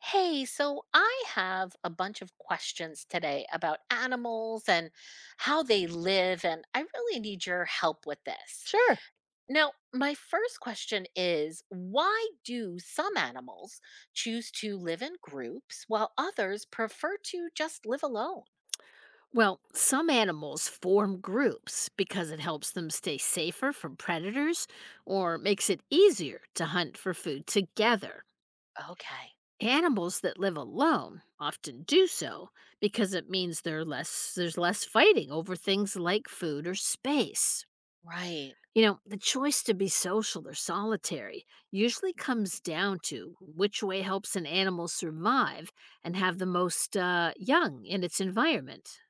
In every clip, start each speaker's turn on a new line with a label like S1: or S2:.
S1: Hey, so I have a bunch of questions today about animals and how they live, and I really need your help with this.
S2: Sure.
S1: Now, my first question is why do some animals choose to live in groups while others prefer to just live alone?
S2: Well, some animals form groups because it helps them stay safer from predators or makes it easier to hunt for food together.
S1: Okay,
S2: Animals that live alone often do so because it means there are less, there's less fighting over things like food or space.
S1: right.
S2: You know, the choice to be social or solitary usually comes down to which way helps an animal survive and have the most young in its environment.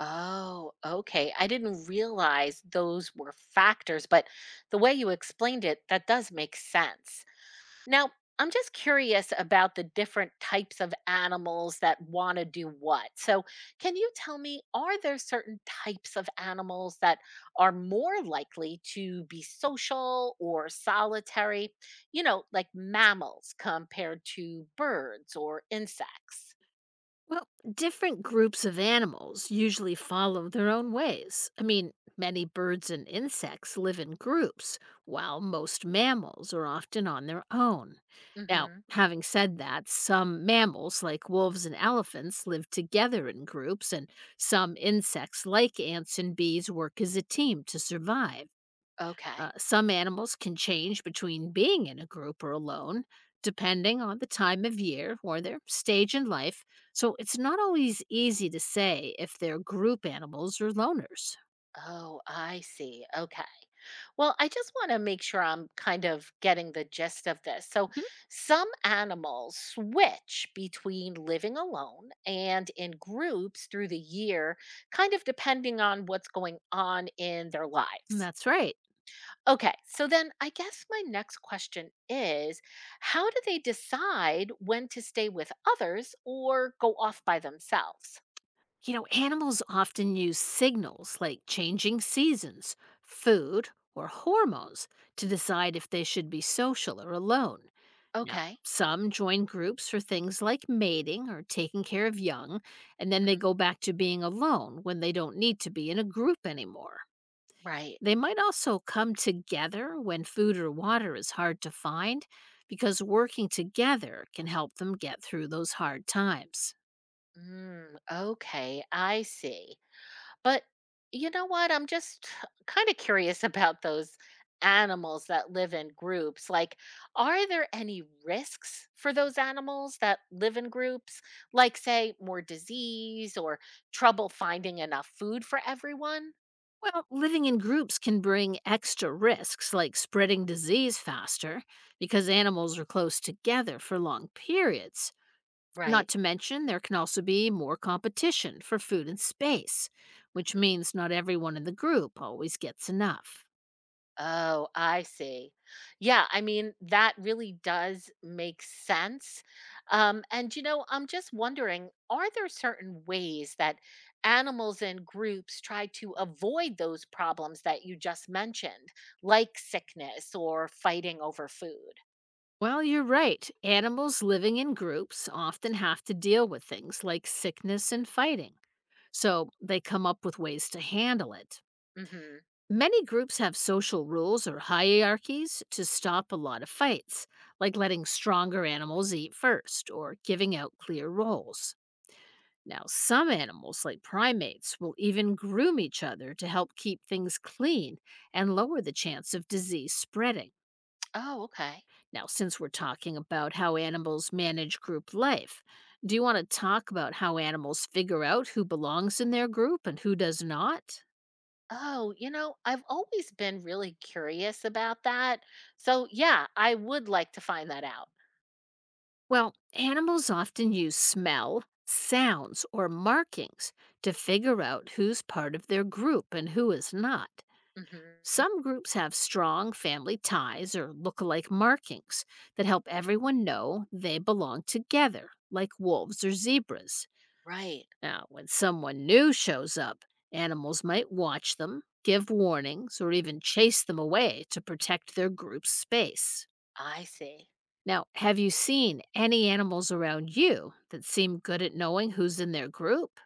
S1: Oh, okay. I didn't realize those were factors, but the way you explained it, that does make sense. Now, I'm just curious about the different types of animals that want to do what. So, can you tell me, are there certain types of animals that are more likely to be social or solitary? You know, like mammals compared to birds or insects?
S2: Well, different groups of animals usually follow their own ways. I mean, many birds and insects live in groups, while most mammals are often on their own. Now,
S1: Hmm.
S2: having said that, some mammals, like wolves and elephants, live together in groups, and some insects, like ants and bees, work as a team to survive.
S1: Okay.
S2: Some animals can change between being in a group or alone, depending on the time of year or their stage in life, so it's not always easy to say if they're group animals or loners.
S1: Oh, I see. Okay. Well, I just want to make sure I'm kind of getting the gist of this. So, some animals switch between living alone and in groups through the year, kind of depending on what's going on in their
S2: Mhm,
S1: lives.
S2: that's right.
S1: Okay. So, then I guess my next question is how do they decide when to stay with others or go off by themselves?
S2: You know, animals often use signals like changing seasons, food, or hormones to decide if they should be social or alone. Now,
S1: Okay.
S2: some join groups for things like mating or taking care of young, and then they
S1: Mhm.
S2: go back to being alone when they don't need to be in a group anymore.
S1: Right.
S2: They might also come together when food or water is hard to find because working together can help them get through those hard times.
S1: Mm, okay, I see. But you know what? I'm just kind of curious about those animals that live in groups. Like, are there any risks for those animals that live in groups? Like, say, more disease or trouble finding enough food for everyone?
S2: Well, living in groups can bring extra risks like spreading disease faster because animals are close together for long periods. Not
S1: Right.
S2: to mention, there can also be more competition for food and space, which
S1: Mm-hmm.
S2: means not everyone in the group always gets enough.
S1: Oh, I see. Yeah, I mean, that really does make sense. And, I'm just wondering are there certain ways that animals and groups try to avoid those problems that you just mentioned, like sickness or fighting over food?
S2: Well, you're right. Animals living in groups often have to deal with things like sickness and fighting, so they come up with ways to handle it.
S1: Hmm.
S2: Many groups have social rules or hierarchies to stop a lot of fights, like letting stronger animals eat first or giving out clear roles. Now, some animals, like primates, will even groom each other to help keep things clean and lower the chance of disease spreading.
S1: Oh, okay.
S2: Now, since we're talking about how animals manage group life, do you want to talk about how animals figure out who belongs in their group and who does not?
S1: Oh, I've always been really curious about that. So, yeah, I would like to find that out.
S2: Well, animals often use smell, sounds, or markings to figure out who's part of their group and who is not.
S1: Hmm.
S2: Some groups have strong family ties or look-alike markings that help everyone know they belong together, like wolves or zebras.
S1: Right.
S2: Now, when someone new shows up, animals might watch them, give warnings, or even chase them away to protect their group's space.
S1: I see.
S2: Now, have you seen any animals around you that seem good at knowing who's in their group?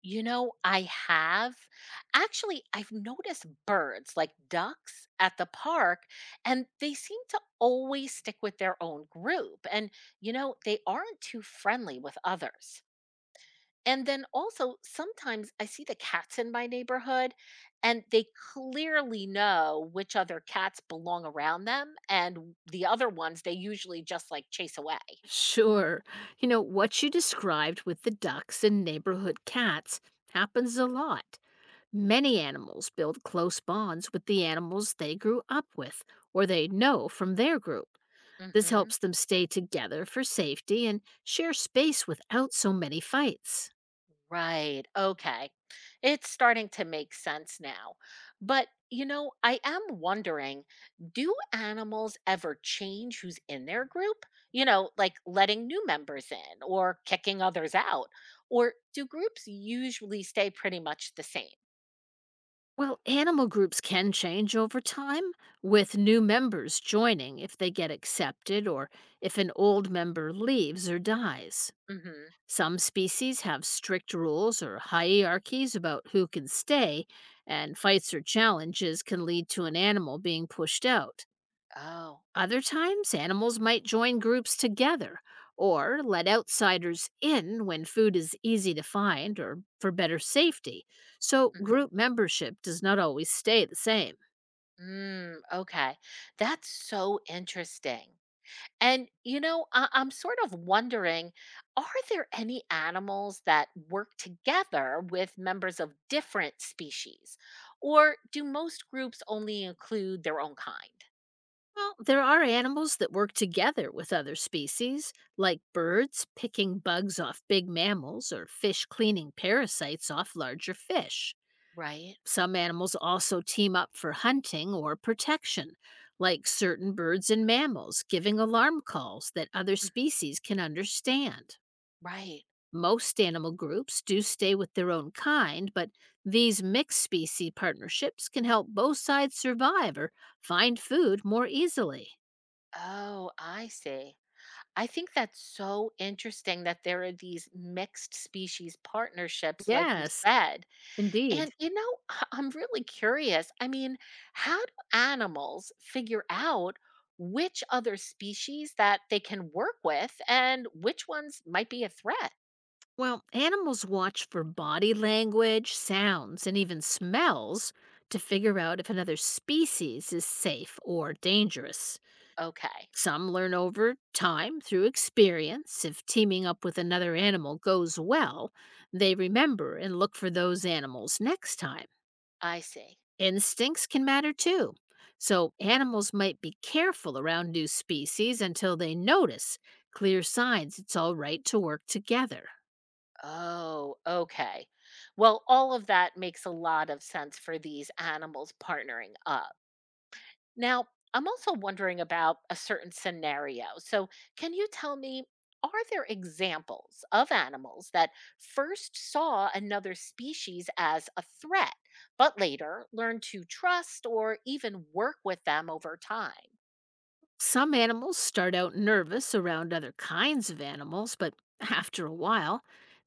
S1: You know, I have. Actually, I've noticed birds like ducks at the park, and they seem to always stick with their own group. And they aren't too friendly with others. And then also, sometimes I see the cats in my neighborhood, and they clearly know which other cats belong around them, and the other ones they usually just like chase away.
S2: Sure. You know, what you described with the ducks and neighborhood cats happens a lot. Many animals build close bonds with the animals they grew up with or they know from their group. This
S1: Hmm.
S2: helps them stay together for safety and share space without so many fights.
S1: Right. Okay. It's starting to make sense now. But, I am wondering do animals ever change who's in their group? You know, like letting new members in or kicking others out? Or do groups usually stay pretty much the same?
S2: Well, animal groups can change over time, with new members joining if they get accepted or if an old member leaves or dies.
S1: Hmm.
S2: Some species have strict rules or hierarchies about who can stay, and fights or challenges can lead to an animal being pushed out.
S1: Oh.
S2: Other times, animals might join groups together or let outsiders in when food is easy to find or for better safety. So,
S1: Hmm.
S2: group membership does not always stay the same.
S1: Mm, okay. That's so interesting. And I'm sort of wondering are there any animals that work together with members of different species? Or do most groups only include their own kind?
S2: Well, there are animals that work together with other species, like birds picking bugs off big mammals or fish cleaning parasites off larger fish.
S1: Right.
S2: Some animals also team up for hunting or protection, like certain birds and mammals, giving alarm calls that other
S1: Mm,
S2: species can understand.
S1: right.
S2: Most animal groups do stay with their own kind, but these mixed species partnerships can help both sides survive or find food more easily.
S1: Oh, I see. I think that's so interesting that there are these mixed species partnerships, like you
S2: Yes,
S1: said.
S2: indeed.
S1: And I'm really curious. I mean, how do animals figure out which other species that they can work with and which ones might be a threat?
S2: Well, animals watch for body language, sounds, and even smells to figure out if another species is safe or dangerous.
S1: Okay,
S2: Some learn over time through experience. If teaming up with another animal goes well, they remember and look for those animals next time.
S1: I see.
S2: Instincts can matter too. So, animals might be careful around new species until they notice clear signs it's all right to work together.
S1: Oh, okay. Well, all of that makes a lot of sense for these animals partnering up. Now, I'm also wondering about a certain scenario. So, can you tell me, are there examples of animals that first saw another species as a threat, but later learned to trust or even work with them over time?
S2: Some animals start out nervous around other kinds of animals, but after a while,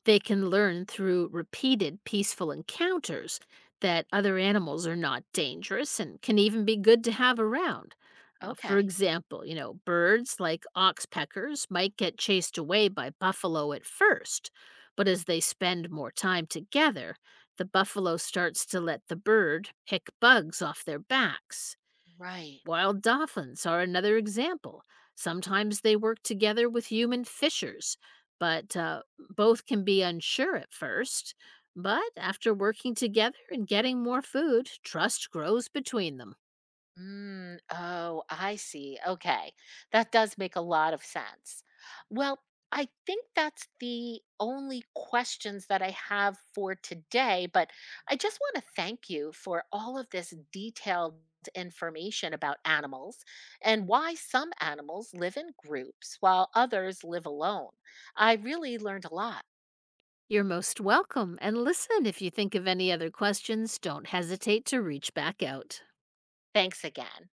S2: they can learn through repeated peaceful encounters that other animals are not dangerous and can even be good to have around. For
S1: Okay,
S2: example, you know, birds like oxpeckers might get chased away by buffalo at first, but as they spend more time together, the buffalo starts to let the bird pick bugs off their backs.
S1: right.
S2: Wild dolphins are another example. Sometimes they work together with human fishers, but both can be unsure at first. But after working together and getting more food, trust grows between them.
S1: Mm, oh, I see. Okay. That does make a lot of sense. Well, I think that's the only questions that I have for today, but I just want to thank you for all of this detailed information about animals and why some animals live in groups while others live alone. I really learned a lot.
S2: You're most welcome, and listen, if you think of any other questions, don't hesitate to reach back out.
S1: Thanks again.